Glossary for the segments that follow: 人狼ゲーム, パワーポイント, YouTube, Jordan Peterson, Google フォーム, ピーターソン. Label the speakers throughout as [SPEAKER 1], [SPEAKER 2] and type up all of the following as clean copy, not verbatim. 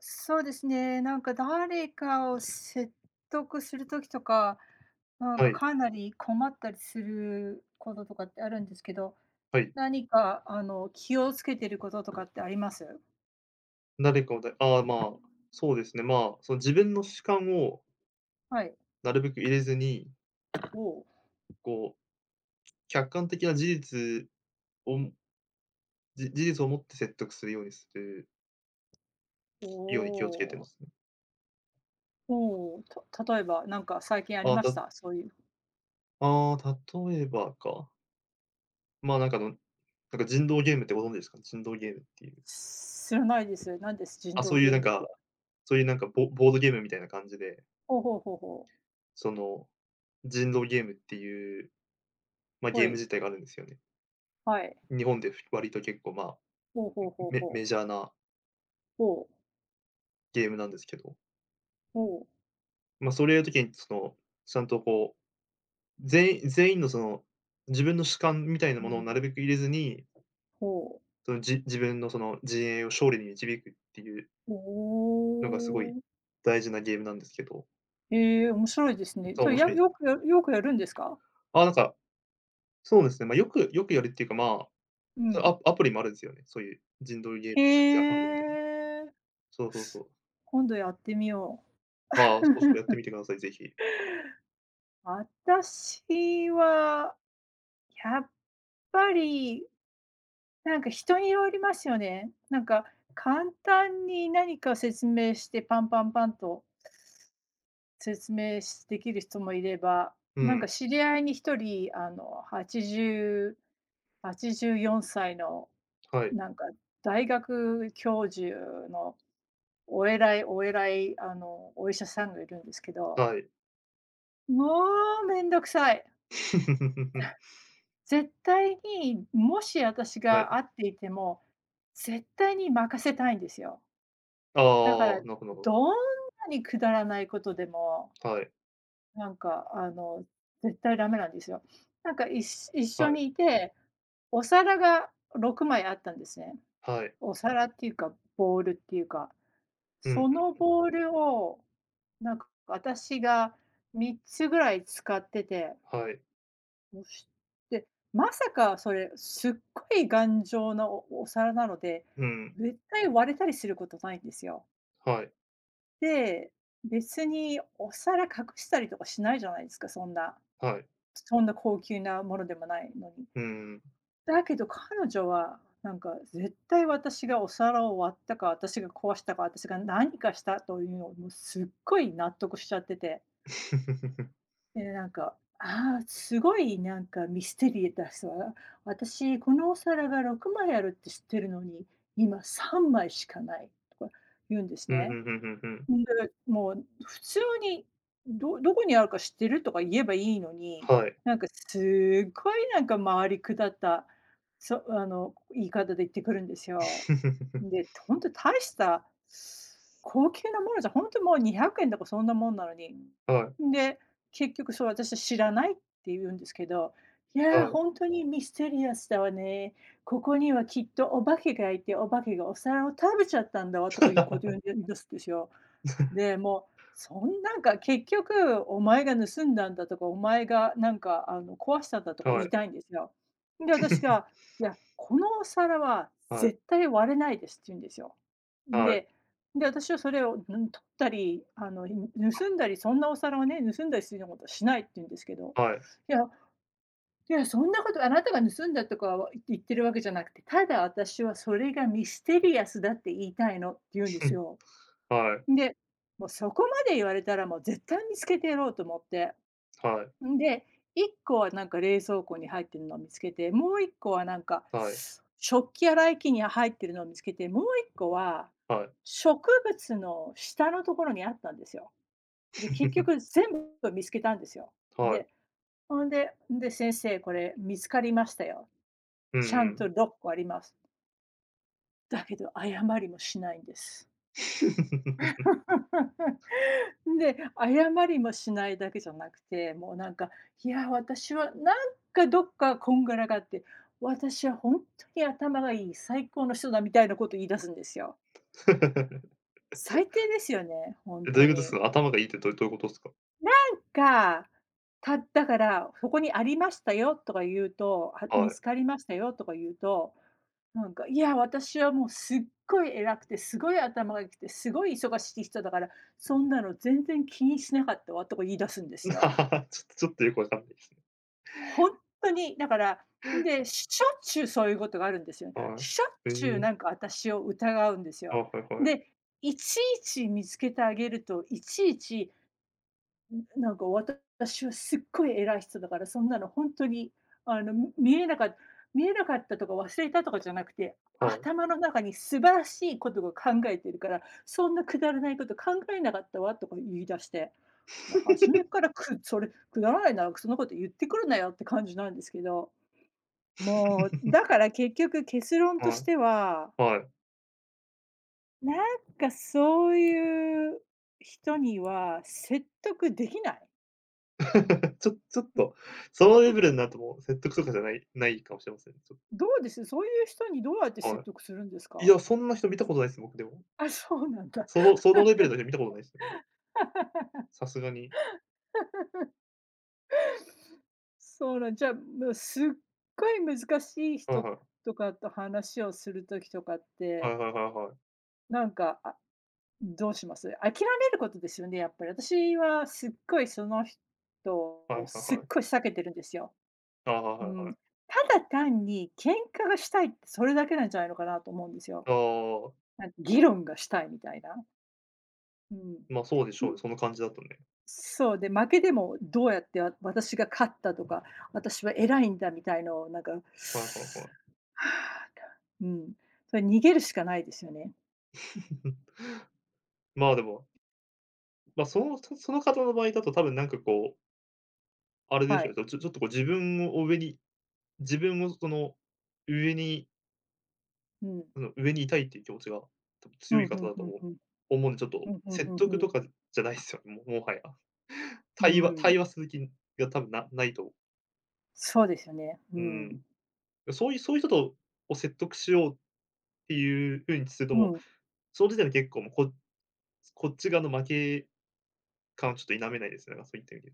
[SPEAKER 1] そうですね、なんか誰かを説得する時とか、なん
[SPEAKER 2] は
[SPEAKER 1] か
[SPEAKER 2] い、
[SPEAKER 1] かなり困ったりすることとかってあるんですけど、
[SPEAKER 2] はい。
[SPEAKER 1] 何か気をつけてることとかってあります？
[SPEAKER 2] 誰かをだああ、まあ、そうですね、その自分の主観を
[SPEAKER 1] はい。
[SPEAKER 2] なるべく入れずに、
[SPEAKER 1] おお、
[SPEAKER 2] こう、客観的なを事実をもって説得するようにする
[SPEAKER 1] お
[SPEAKER 2] ように気をつけてま
[SPEAKER 1] お、
[SPEAKER 2] すね。
[SPEAKER 1] おお、例えばなんか最近あり
[SPEAKER 2] ああ、
[SPEAKER 1] ました？そういう。
[SPEAKER 2] ああ、例えばか。まあ、なんか、なんか人狼ゲームってご存知ですか？人狼ゲームっていう。
[SPEAKER 1] 知らないです。なんです？人
[SPEAKER 2] あ、
[SPEAKER 1] 道
[SPEAKER 2] そうい
[SPEAKER 1] ゲ
[SPEAKER 2] う
[SPEAKER 1] ー
[SPEAKER 2] なん
[SPEAKER 1] ムって。
[SPEAKER 2] か、そういうなんかボードゲームみたいな感じで、
[SPEAKER 1] ほうほうほうほう。
[SPEAKER 2] その、人狼ゲームっていう、まあ、
[SPEAKER 1] ほ
[SPEAKER 2] ゲーム
[SPEAKER 1] い、
[SPEAKER 2] 自体があるんですよね。
[SPEAKER 1] はい。
[SPEAKER 2] 日本で割と結構、まあ、
[SPEAKER 1] ほうほうほう
[SPEAKER 2] メ
[SPEAKER 1] ほ
[SPEAKER 2] メ
[SPEAKER 1] う。
[SPEAKER 2] ジャーな
[SPEAKER 1] ほう、
[SPEAKER 2] ゲームなんですけど、
[SPEAKER 1] ほう、
[SPEAKER 2] まあ、それやるときにその、ちゃんとこう、全員のその、自分の主観みたいな
[SPEAKER 1] う
[SPEAKER 2] ものをな
[SPEAKER 1] ん、
[SPEAKER 2] るべく入れずに、
[SPEAKER 1] ほう。
[SPEAKER 2] その、自分のその陣営を勝利に導くっていう
[SPEAKER 1] お
[SPEAKER 2] のがすごい
[SPEAKER 1] お。
[SPEAKER 2] 大事なゲームなんですけど、
[SPEAKER 1] ええ、面白いですね。
[SPEAKER 2] そう、
[SPEAKER 1] それ、
[SPEAKER 2] 面
[SPEAKER 1] や
[SPEAKER 2] 白いで
[SPEAKER 1] よ
[SPEAKER 2] すね。
[SPEAKER 1] くやよくやるんですか？
[SPEAKER 2] ああ、なんか、そうですね、ま、よくやるっていうか、まあ、
[SPEAKER 1] う
[SPEAKER 2] それ
[SPEAKER 1] ん。
[SPEAKER 2] アプリもあるんですよね。そういう陣取りゲーい
[SPEAKER 1] へ
[SPEAKER 2] や、アプリみたいな。
[SPEAKER 1] え。
[SPEAKER 2] そうそうそう。
[SPEAKER 1] 今度やってみよう。
[SPEAKER 2] ああ、そうそう、やって みてください、ぜひ。
[SPEAKER 1] 私は、やっぱり、なんか人によりますよね。なんか簡単に何か説明して、パンパンパンと説明できる人もいれば、
[SPEAKER 2] う
[SPEAKER 1] なんか
[SPEAKER 2] ん、
[SPEAKER 1] 知り合いに一人、8084歳の
[SPEAKER 2] はい、
[SPEAKER 1] なんか、大学教授のお偉い、お医者さんがいるんですけど、
[SPEAKER 2] はい。
[SPEAKER 1] もうめんどくさい。絶対に、もし私
[SPEAKER 2] はい。
[SPEAKER 1] が会っていても、絶対に任せたいんですよ。
[SPEAKER 2] あ
[SPEAKER 1] だから、
[SPEAKER 2] あ、なるほどなるほど。
[SPEAKER 1] どんなにくだらないことでも、
[SPEAKER 2] はい、
[SPEAKER 1] なんか、あの、絶対ダメなんですよ。なんか、い一
[SPEAKER 2] は
[SPEAKER 1] 緒
[SPEAKER 2] い、
[SPEAKER 1] にいて、お皿が6枚あったんですね。
[SPEAKER 2] はい。
[SPEAKER 1] お皿っていうか、ボウルっていうか。
[SPEAKER 2] うん、
[SPEAKER 1] そのボールを、なんか私が3つぐらい使ってて、
[SPEAKER 2] はい。
[SPEAKER 1] もしで、まさかそれ、すっごい頑丈なお皿なので、
[SPEAKER 2] うん、
[SPEAKER 1] 絶対割れたりすることないんですよ。
[SPEAKER 2] はい、
[SPEAKER 1] で、別にお皿隠したりとかしないじゃないですか、
[SPEAKER 2] はい。
[SPEAKER 1] そんな高級なものでもないのに。
[SPEAKER 2] うん。
[SPEAKER 1] だけど彼女は、なんか絶対私がお皿を割ったか、私が壊したか、私が何かしたというのをもうすっごい納得しちゃってて、で、なんか、ああ、すごいなんかミステリーだしさ、私このお皿が6枚あるって知ってるのに、今3枚しかないとか言うんです
[SPEAKER 2] うん、うんう
[SPEAKER 1] ね。
[SPEAKER 2] んうんうん。
[SPEAKER 1] んで、もう普通に、どこにあるか知ってる？とか言えばいいのに、
[SPEAKER 2] はい。
[SPEAKER 1] すっごいなんか回りくだった、そあの、言い方で言ってくるんですよ。で、ほんと大した高級なものじゃ、ほんともう2 0 0とかそんなもんなのに。
[SPEAKER 2] は
[SPEAKER 1] で、結局そう、私は知らないって言うんですけど、い
[SPEAKER 2] い、
[SPEAKER 1] や、
[SPEAKER 2] はい。
[SPEAKER 1] ほんとにミステリアスだわね。ここにはきっとお化けがいて、お化けがお皿を食べちゃったんだわとかいうこと言い出すんですよ。で、もう、そんなんか結局お前が盗んだんだとか、お前が壊したんだとか言
[SPEAKER 2] は
[SPEAKER 1] い
[SPEAKER 2] い、
[SPEAKER 1] たいんですよ。で、私が、いや、このお皿は
[SPEAKER 2] はい、
[SPEAKER 1] 絶対割れないですって言うんですよ。
[SPEAKER 2] はい、
[SPEAKER 1] で、で、私はそれを、取ったり、盗んだり、そんなお皿をね、盗んだりするようなことはしないって言うんですけど、
[SPEAKER 2] はい。
[SPEAKER 1] いや、いや、そんなことあなたが盗んだとかは言ってるわけじゃなくて、ただ私はそれがミステリアスだって言いたいのって言うんです よ。
[SPEAKER 2] はい、
[SPEAKER 1] で、もうそこまで言われたらもう絶対見つけてやろうと思って。
[SPEAKER 2] はい、
[SPEAKER 1] んで、1個はなんか冷蔵庫に入ってるのを見つけて、もう1個はなんか、
[SPEAKER 2] はい、
[SPEAKER 1] 食器洗い機に入ってるのを見つけて、もう1個は
[SPEAKER 2] はい。
[SPEAKER 1] 植物の下のところにあったんですよ。で、結局 全部見つけたんですよ。
[SPEAKER 2] はい。
[SPEAKER 1] で、ほんで「先生これ見つかりましたよ。
[SPEAKER 2] う
[SPEAKER 1] ちゃ
[SPEAKER 2] んう
[SPEAKER 1] ん
[SPEAKER 2] ん。
[SPEAKER 1] と6個あります」だけど謝りもしないんです。で、謝りもしないだけじゃなくて、もうなんか、いや、私はどっかこんがらがって、私は本当に頭がいい、最高の人だみたいなこと言い出すんですよ。最低ですよね、本
[SPEAKER 2] え、どう
[SPEAKER 1] 当
[SPEAKER 2] いうことです
[SPEAKER 1] に。
[SPEAKER 2] か？頭がいいってどういうことですか？
[SPEAKER 1] が、だから、そこにありましたよとか言うと、あ、
[SPEAKER 2] は
[SPEAKER 1] 見
[SPEAKER 2] い。
[SPEAKER 1] つかりましたよとか言うと、なんか、いや、私はもうすっごい偉くて、すごい頭が良くて、すごい忙しい人だから、そんなの全然気にしなかったわとか言い出すんで す
[SPEAKER 2] ちょっ
[SPEAKER 1] よ。
[SPEAKER 2] とちょっとよくわかんないですね。
[SPEAKER 1] ほんとに、だから、んで、しょっちゅうそういうことがあるんですよね。
[SPEAKER 2] は
[SPEAKER 1] しょっ
[SPEAKER 2] い。
[SPEAKER 1] ちゅう
[SPEAKER 2] へ
[SPEAKER 1] なんか私を疑うんです
[SPEAKER 2] あ、
[SPEAKER 1] よ。
[SPEAKER 2] はいはい。
[SPEAKER 1] で、いちいち見つけてあげると、いちいちなんか私はすっごい偉い人だから、そんなの本当に、あの、み見えなかった見えなかったとか忘れたとかじゃなくて、
[SPEAKER 2] はい。
[SPEAKER 1] 頭の中に素晴らしいことが考えてるから、そんなくだらないこと考えなかったわとか言い出して、初めからくそれくだらないな、そんなこと言ってくるなよって感じなんですけど。もう、だから結局結論とし
[SPEAKER 2] は
[SPEAKER 1] ては、
[SPEAKER 2] い、はい。
[SPEAKER 1] なんかそういう人には説得できない。
[SPEAKER 2] ちょちょっと、そのレベルになるともう説得とかじゃない、ないかもしれません。ちょっ
[SPEAKER 1] どうです？そういう人にどうやって
[SPEAKER 2] とは
[SPEAKER 1] 説得するんです
[SPEAKER 2] い。い
[SPEAKER 1] か？
[SPEAKER 2] や、そんな人見たことないです、僕でも。
[SPEAKER 1] あ、そうなんだ。
[SPEAKER 2] そのレベルの人見たことないですね。さすがに。
[SPEAKER 1] そうなんじゃあ、もうすっごい難しい
[SPEAKER 2] はい
[SPEAKER 1] 人
[SPEAKER 2] はい。
[SPEAKER 1] とかと話をする時とかっ
[SPEAKER 2] は
[SPEAKER 1] て、
[SPEAKER 2] いはいはいはい。
[SPEAKER 1] なんか、あ、どうします？諦めることですよね、やっぱり。私はすっごいその人
[SPEAKER 2] はい
[SPEAKER 1] を
[SPEAKER 2] はい
[SPEAKER 1] すっ
[SPEAKER 2] はい。
[SPEAKER 1] ごい避けてるんですよ。
[SPEAKER 2] ああ、
[SPEAKER 1] う
[SPEAKER 2] はいはいは
[SPEAKER 1] ん。
[SPEAKER 2] い。
[SPEAKER 1] ただ単に喧嘩がしたいってそれだけなんじゃないのかなと思うんですよ。
[SPEAKER 2] ああ、
[SPEAKER 1] なんか議論がしたいみたいな。うん。
[SPEAKER 2] ま、そうでしょうね、その感じだとね。
[SPEAKER 1] そう、で、負けでもどうやって私が勝ったとか、私は偉いんだみたいのをなんか、は
[SPEAKER 2] はいはいはい。
[SPEAKER 1] あ、たうん、それ逃げるしかないですよね。
[SPEAKER 2] まあ、でも、その方の場合だと多分なんかこう、あれで
[SPEAKER 1] は
[SPEAKER 2] しょう
[SPEAKER 1] い。
[SPEAKER 2] ね、ちょっとこう自分を上に自分をその、上に
[SPEAKER 1] うん。
[SPEAKER 2] あの、上にいたいっていう気持ちが多分
[SPEAKER 1] う
[SPEAKER 2] 強
[SPEAKER 1] ん、う
[SPEAKER 2] い方
[SPEAKER 1] ん
[SPEAKER 2] だ
[SPEAKER 1] う
[SPEAKER 2] と
[SPEAKER 1] ん
[SPEAKER 2] 思う
[SPEAKER 1] うん。
[SPEAKER 2] 思うんで、ちょっ
[SPEAKER 1] う
[SPEAKER 2] と
[SPEAKER 1] ん、んう
[SPEAKER 2] 説
[SPEAKER 1] ん
[SPEAKER 2] 得
[SPEAKER 1] うん。
[SPEAKER 2] とかじゃないですよね、もはや。
[SPEAKER 1] う
[SPEAKER 2] 対話
[SPEAKER 1] ん。
[SPEAKER 2] 対話する気が多分ないと。
[SPEAKER 1] そうですよね。う
[SPEAKER 2] う
[SPEAKER 1] ん。
[SPEAKER 2] ん。そういう人を説得しようっていう風にすると、
[SPEAKER 1] う
[SPEAKER 2] もう、
[SPEAKER 1] ん、
[SPEAKER 2] その時点で結構もう、こっち側の負け感をちょっと否めないですね、なんかそういった意味で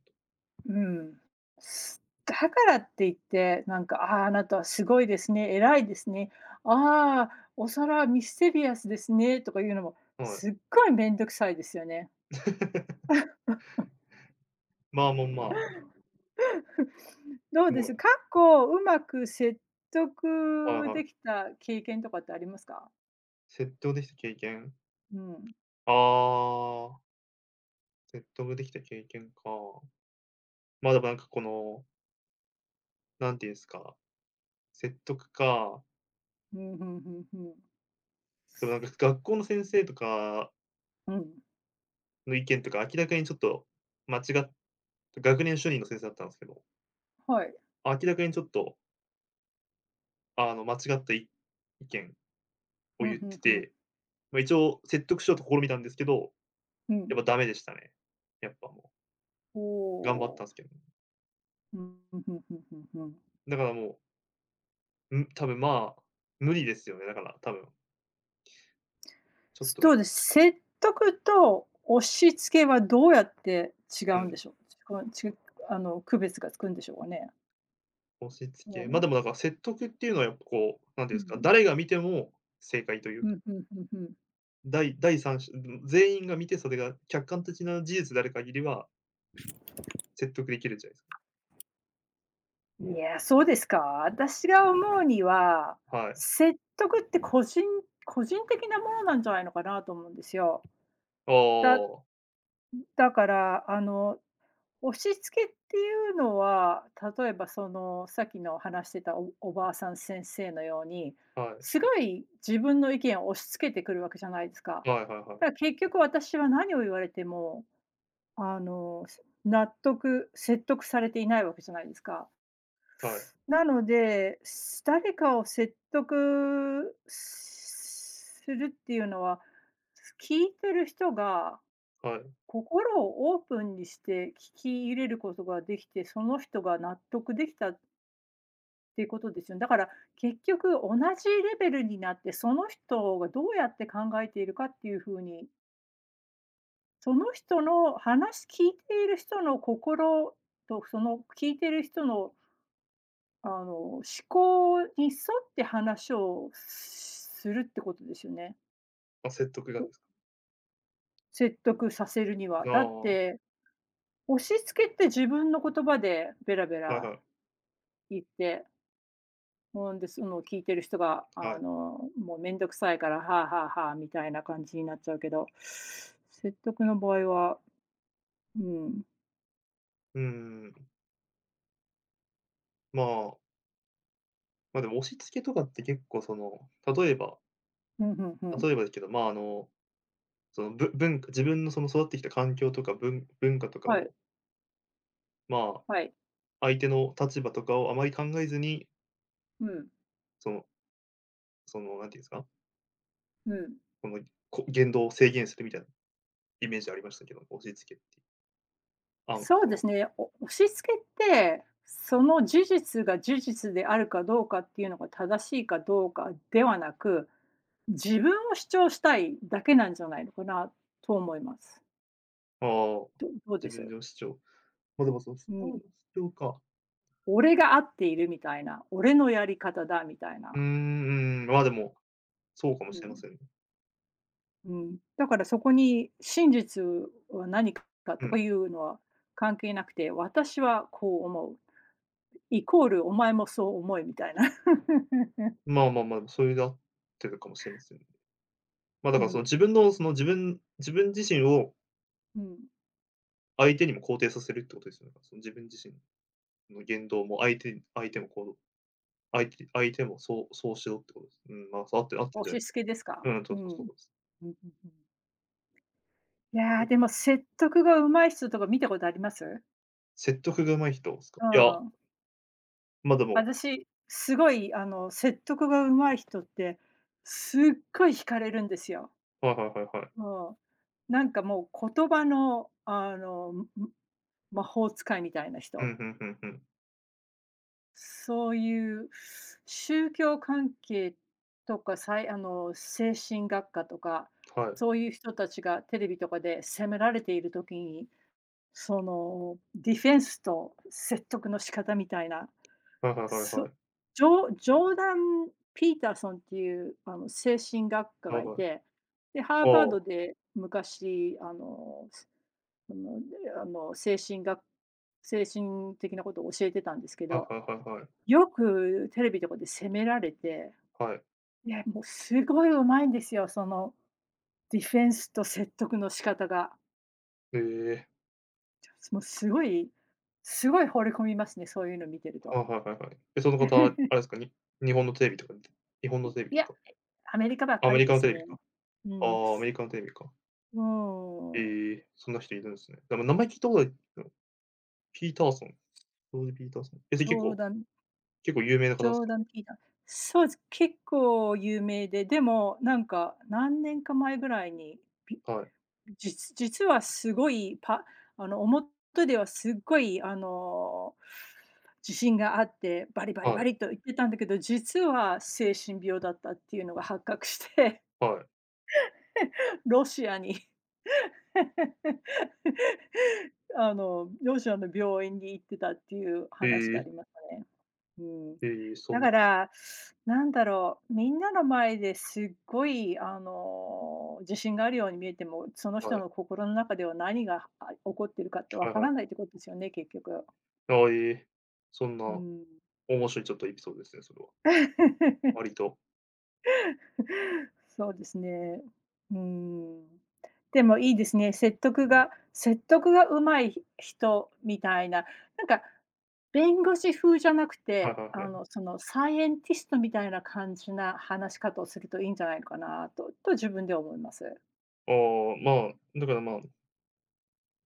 [SPEAKER 1] うん。だからって言って、なんか、ああ、あなたはすごいですね、偉いですね、ああ、お皿はミステリアスですねとかいうのも、
[SPEAKER 2] 言うと。はい。
[SPEAKER 1] すっごいめんどくさいですよね。
[SPEAKER 2] まあ、もう、まあ、
[SPEAKER 1] どう
[SPEAKER 2] も
[SPEAKER 1] で
[SPEAKER 2] う、
[SPEAKER 1] す？過去うまく説
[SPEAKER 2] はい
[SPEAKER 1] 得
[SPEAKER 2] は
[SPEAKER 1] でき
[SPEAKER 2] い。
[SPEAKER 1] た経験とかってありますか？
[SPEAKER 2] 説得できた経験。
[SPEAKER 1] うん。
[SPEAKER 2] ああ、説得できた経験か。まあ、でもなんかこの、なんていうんすか、説得か。
[SPEAKER 1] うんふんふんふん。
[SPEAKER 2] でもなんか学校の先生とか
[SPEAKER 1] うん、
[SPEAKER 2] の意見とか、明らかにちょっと間違っ学年主任の先生だったんですけど、
[SPEAKER 1] はい。
[SPEAKER 2] 明らかにちょっと、間違った意見を
[SPEAKER 1] う
[SPEAKER 2] 言
[SPEAKER 1] ん
[SPEAKER 2] っ
[SPEAKER 1] ふん
[SPEAKER 2] て
[SPEAKER 1] ふん。
[SPEAKER 2] て、ま、一応説得しようと試みたんですけど、
[SPEAKER 1] うん。
[SPEAKER 2] やっぱダメでしたね。やっぱも
[SPEAKER 1] お
[SPEAKER 2] う、頑張っ
[SPEAKER 1] お。
[SPEAKER 2] たんすけど。
[SPEAKER 1] うんふんふんふんふんふん。
[SPEAKER 2] だからもう、多分、まあ、無理ですよね、だから多分。ちょっと
[SPEAKER 1] どう
[SPEAKER 2] ね、
[SPEAKER 1] です？説得と押し付けはどうやって違
[SPEAKER 2] う
[SPEAKER 1] うんで
[SPEAKER 2] ん、
[SPEAKER 1] しょう？ちこちあの、区別がつくんでしょうかね？
[SPEAKER 2] 押し
[SPEAKER 1] う
[SPEAKER 2] 付け。ま、
[SPEAKER 1] ん。
[SPEAKER 2] でもだから説得っていうのはやっぱこう、何て
[SPEAKER 1] う
[SPEAKER 2] いうんですか、
[SPEAKER 1] ん。
[SPEAKER 2] 誰が見ても正解という
[SPEAKER 1] うん、ふんふんふん。
[SPEAKER 2] 第三者、全員が見て、それが客観的な事実である限りは、説得できるじゃないですか。
[SPEAKER 1] いや、そうですか？私が思うには、
[SPEAKER 2] はい。
[SPEAKER 1] 説得って個人的なものなんじゃないのかなと思うんですよ。
[SPEAKER 2] ああ、
[SPEAKER 1] だ
[SPEAKER 2] は
[SPEAKER 1] だから、あの、押し付けっていうのは、例えばその、さっきの話してたおばあさん先生のように、す
[SPEAKER 2] い。
[SPEAKER 1] ごい自分の意見を押し付けてくるわけじゃないですか。
[SPEAKER 2] はいはいは
[SPEAKER 1] だから
[SPEAKER 2] い。
[SPEAKER 1] 結局私は何を言われても、あの、説得されていないわけじゃないですか。
[SPEAKER 2] はい、
[SPEAKER 1] なので、誰かを説得するっていうのは、聞いてる人が
[SPEAKER 2] はい。
[SPEAKER 1] 心をオープンにして聞き入れることができて、その人が納得できたっていうことですよね。だから結局同じレベルになって、その人がどうやって考えているかっていう風に、その人の話聞いている人の心と、その聞いている人の思考に沿って話をするってことですよね。
[SPEAKER 2] あ、説得が
[SPEAKER 1] と
[SPEAKER 2] ですか。
[SPEAKER 1] 説得させるには。
[SPEAKER 2] あ
[SPEAKER 1] だ
[SPEAKER 2] あ、
[SPEAKER 1] っ
[SPEAKER 2] は
[SPEAKER 1] て、押し付けて自分の言葉でベラベ
[SPEAKER 2] いは
[SPEAKER 1] ラ
[SPEAKER 2] い。
[SPEAKER 1] 言って、ほんで、その聞いてる人が、
[SPEAKER 2] はい。
[SPEAKER 1] もうめんどくさいから、はあはあはあ、みたいな感じになっちゃうけど、説得の場合は、うん、
[SPEAKER 2] うーん。まあ、でも押し付けとかって結構その、例えば
[SPEAKER 1] うんうんうん。
[SPEAKER 2] 例えばですけど、まあ、その、ぶ文化自分のその育ってきた環境とか、文化とか
[SPEAKER 1] はい、
[SPEAKER 2] を、まあ、
[SPEAKER 1] はい。
[SPEAKER 2] 相手の立場とかをあまり考えずに、
[SPEAKER 1] うん、
[SPEAKER 2] そのその、なんていうんですか、
[SPEAKER 1] うん。
[SPEAKER 2] この、言動を制限するみたいなイメージありましたけど、押し付けっていう。あ、
[SPEAKER 1] そうですね、押し付けって、その事実が事実であるかどうかっていうのが正しいかどうかではなく、自分を主張したいだけなんじゃないのかなと思います。
[SPEAKER 2] ああ、
[SPEAKER 1] どうで
[SPEAKER 2] 自分
[SPEAKER 1] す？
[SPEAKER 2] での主張。ま、でも、その、主
[SPEAKER 1] うん。
[SPEAKER 2] 張主張か。
[SPEAKER 1] 俺が合っているみたいな、俺のやり方だみたい
[SPEAKER 2] うー
[SPEAKER 1] な。
[SPEAKER 2] ん、うん、まあ、でも、そうかも
[SPEAKER 1] う
[SPEAKER 2] しれま
[SPEAKER 1] ん。
[SPEAKER 2] せんね。
[SPEAKER 1] うん。だからそこに真実は何か
[SPEAKER 2] う
[SPEAKER 1] とか
[SPEAKER 2] ん。
[SPEAKER 1] いうのは関係なくて、私はこう思う、イコールお前もそう思いみたいな。
[SPEAKER 2] まあまあまあ、それで合ってるかもしれませんね。ま、だ
[SPEAKER 1] う
[SPEAKER 2] から、その、自
[SPEAKER 1] ん。
[SPEAKER 2] 分の、その、自分自身を
[SPEAKER 1] うん。
[SPEAKER 2] 相手にも肯定させるってことですよね。その、自分自身の言動も相手に相手も行動相手相手もそうそうしろってことです。うん、まあ、そう、合ってるんじゃない
[SPEAKER 1] 押
[SPEAKER 2] で
[SPEAKER 1] し
[SPEAKER 2] すか。
[SPEAKER 1] 付けですか？
[SPEAKER 2] うん、
[SPEAKER 1] う
[SPEAKER 2] そうそ
[SPEAKER 1] ん。
[SPEAKER 2] う
[SPEAKER 1] うん、ん
[SPEAKER 2] そうです。
[SPEAKER 1] うん。い
[SPEAKER 2] う
[SPEAKER 1] や、
[SPEAKER 2] ん。
[SPEAKER 1] でも説得が上手い人とか見たことあります？
[SPEAKER 2] 説得が上手い人ですか？
[SPEAKER 1] う
[SPEAKER 2] いや、
[SPEAKER 1] ん。
[SPEAKER 2] ま、でも、
[SPEAKER 1] 私、すごい説得が上手い人って、すっごい惹かれるんですよ。
[SPEAKER 2] はいはいはいは
[SPEAKER 1] う
[SPEAKER 2] い。
[SPEAKER 1] ん。なんかもう言葉の魔法使いみたいな
[SPEAKER 2] う
[SPEAKER 1] 人。
[SPEAKER 2] ん、ふんふんふん。
[SPEAKER 1] そういう宗教関係とか、精神学科とか、
[SPEAKER 2] はい。
[SPEAKER 1] そういう人たちがテレビとかで責められている時にその、ディフェンスと説得の仕方みたいな、
[SPEAKER 2] はいはいはいは
[SPEAKER 1] そ
[SPEAKER 2] い。
[SPEAKER 1] ジョージョーダン・ピーターソンっていう、精神学科
[SPEAKER 2] は
[SPEAKER 1] が
[SPEAKER 2] い
[SPEAKER 1] い
[SPEAKER 2] はい。
[SPEAKER 1] て、で、ハー
[SPEAKER 2] ああ、
[SPEAKER 1] バー
[SPEAKER 2] は
[SPEAKER 1] ドで昔、あの、で、あの、精神学精神的なことを教えてたんですけ
[SPEAKER 2] いはい
[SPEAKER 1] ど、
[SPEAKER 2] はいはい。
[SPEAKER 1] よくテレビとかで責められて、
[SPEAKER 2] はい。
[SPEAKER 1] いや、もうすごい上手いんですよ、その、ディフェンスと説得の仕方が。
[SPEAKER 2] ええ、
[SPEAKER 1] もうすごいすごい惚れ込みますね、そういうの見てると。
[SPEAKER 2] はいはいはいはい。え、その方、あれですか、に日本のテレビとかに日本
[SPEAKER 1] い
[SPEAKER 2] のテレビ
[SPEAKER 1] い
[SPEAKER 2] です
[SPEAKER 1] や、
[SPEAKER 2] か？
[SPEAKER 1] アメリカばっ
[SPEAKER 2] ア
[SPEAKER 1] か
[SPEAKER 2] メ
[SPEAKER 1] り
[SPEAKER 2] リ
[SPEAKER 1] で
[SPEAKER 2] カのテ
[SPEAKER 1] す
[SPEAKER 2] レ
[SPEAKER 1] ね。
[SPEAKER 2] ビか。
[SPEAKER 1] う
[SPEAKER 2] あ
[SPEAKER 1] ん、
[SPEAKER 2] あ、アメリカのテレビか。
[SPEAKER 1] もう、
[SPEAKER 2] ええ、そんな人いるんですね。でも名前聞いたことない、ピーターソン、ローズピーターソン。え、それ結
[SPEAKER 1] 冗
[SPEAKER 2] 構
[SPEAKER 1] 談
[SPEAKER 2] 結構有名な方です
[SPEAKER 1] 冗
[SPEAKER 2] か？
[SPEAKER 1] 談聞いたそうです。結構有名で、でもなんか何年か前ぐらいに、び
[SPEAKER 2] はい。
[SPEAKER 1] 実はすごい表ではすっごい自信があって、バリバリバ
[SPEAKER 2] はい。
[SPEAKER 1] リと言ってたんだけど、実は精神病だったっていうのが発覚して、
[SPEAKER 2] はい。
[SPEAKER 1] ロシアに。両親の病院に行ってたっていう話
[SPEAKER 2] え
[SPEAKER 1] があ
[SPEAKER 2] え、
[SPEAKER 1] りましたね。うん。
[SPEAKER 2] ええ、そ
[SPEAKER 1] だ
[SPEAKER 2] んな
[SPEAKER 1] か
[SPEAKER 2] 人、
[SPEAKER 1] ら、なんだろう、みんなの前ですっごい、自信があるように見えても、その人
[SPEAKER 2] はい。
[SPEAKER 1] の心の中では何が、起こってるかってわ
[SPEAKER 2] はい
[SPEAKER 1] か
[SPEAKER 2] は
[SPEAKER 1] らな
[SPEAKER 2] い。
[SPEAKER 1] いってことですよね、結局。
[SPEAKER 2] ああ、ええ、そん
[SPEAKER 1] う
[SPEAKER 2] な
[SPEAKER 1] ん。
[SPEAKER 2] 面白いちょっとエピソードですね、それは。割 と。
[SPEAKER 1] そうですね。うん。でもいいですね。説得が上手い人みたいな、なんか、弁護士風じゃなく
[SPEAKER 2] はい
[SPEAKER 1] て、
[SPEAKER 2] はいはい。
[SPEAKER 1] サイエンティストみたいな感じな話し方をするといいんじゃないのかなと自分では思います。
[SPEAKER 2] ああ、まあ、だから、まあ、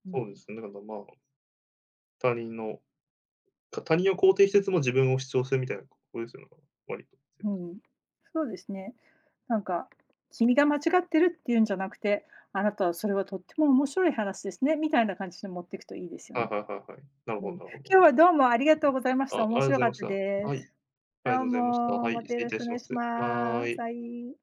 [SPEAKER 1] う
[SPEAKER 2] そうで
[SPEAKER 1] ん。
[SPEAKER 2] すね、だからまあ、他人の、他人を肯定しつつも自分を主張するみたいなことですよね、割と。
[SPEAKER 1] うん。そうですね。なんか、君が間違ってるっていうんじゃなくて、あなたはそれはとっても面白い話ですねみたいな感じで持っていくといいですよ
[SPEAKER 2] はい
[SPEAKER 1] ね。
[SPEAKER 2] はいはいはい。なる
[SPEAKER 1] うん、
[SPEAKER 2] ほどなるほど。
[SPEAKER 1] 今日はどうもありがとうございまし
[SPEAKER 2] あ、あ
[SPEAKER 1] た。
[SPEAKER 2] り
[SPEAKER 1] 面
[SPEAKER 2] がとうご
[SPEAKER 1] 白
[SPEAKER 2] ざい
[SPEAKER 1] か
[SPEAKER 2] ま
[SPEAKER 1] っ
[SPEAKER 2] し
[SPEAKER 1] た
[SPEAKER 2] た。
[SPEAKER 1] で
[SPEAKER 2] はい、あり
[SPEAKER 1] す。
[SPEAKER 2] がと
[SPEAKER 1] ど
[SPEAKER 2] う
[SPEAKER 1] う
[SPEAKER 2] ございました。
[SPEAKER 1] も、
[SPEAKER 2] はい、
[SPEAKER 1] また
[SPEAKER 2] 失
[SPEAKER 1] よ
[SPEAKER 2] 礼い
[SPEAKER 1] ろし
[SPEAKER 2] た
[SPEAKER 1] くお
[SPEAKER 2] し
[SPEAKER 1] 願
[SPEAKER 2] ま
[SPEAKER 1] い
[SPEAKER 2] す。
[SPEAKER 1] し
[SPEAKER 2] は
[SPEAKER 1] ま
[SPEAKER 2] ー
[SPEAKER 1] す。
[SPEAKER 2] い。
[SPEAKER 1] はい。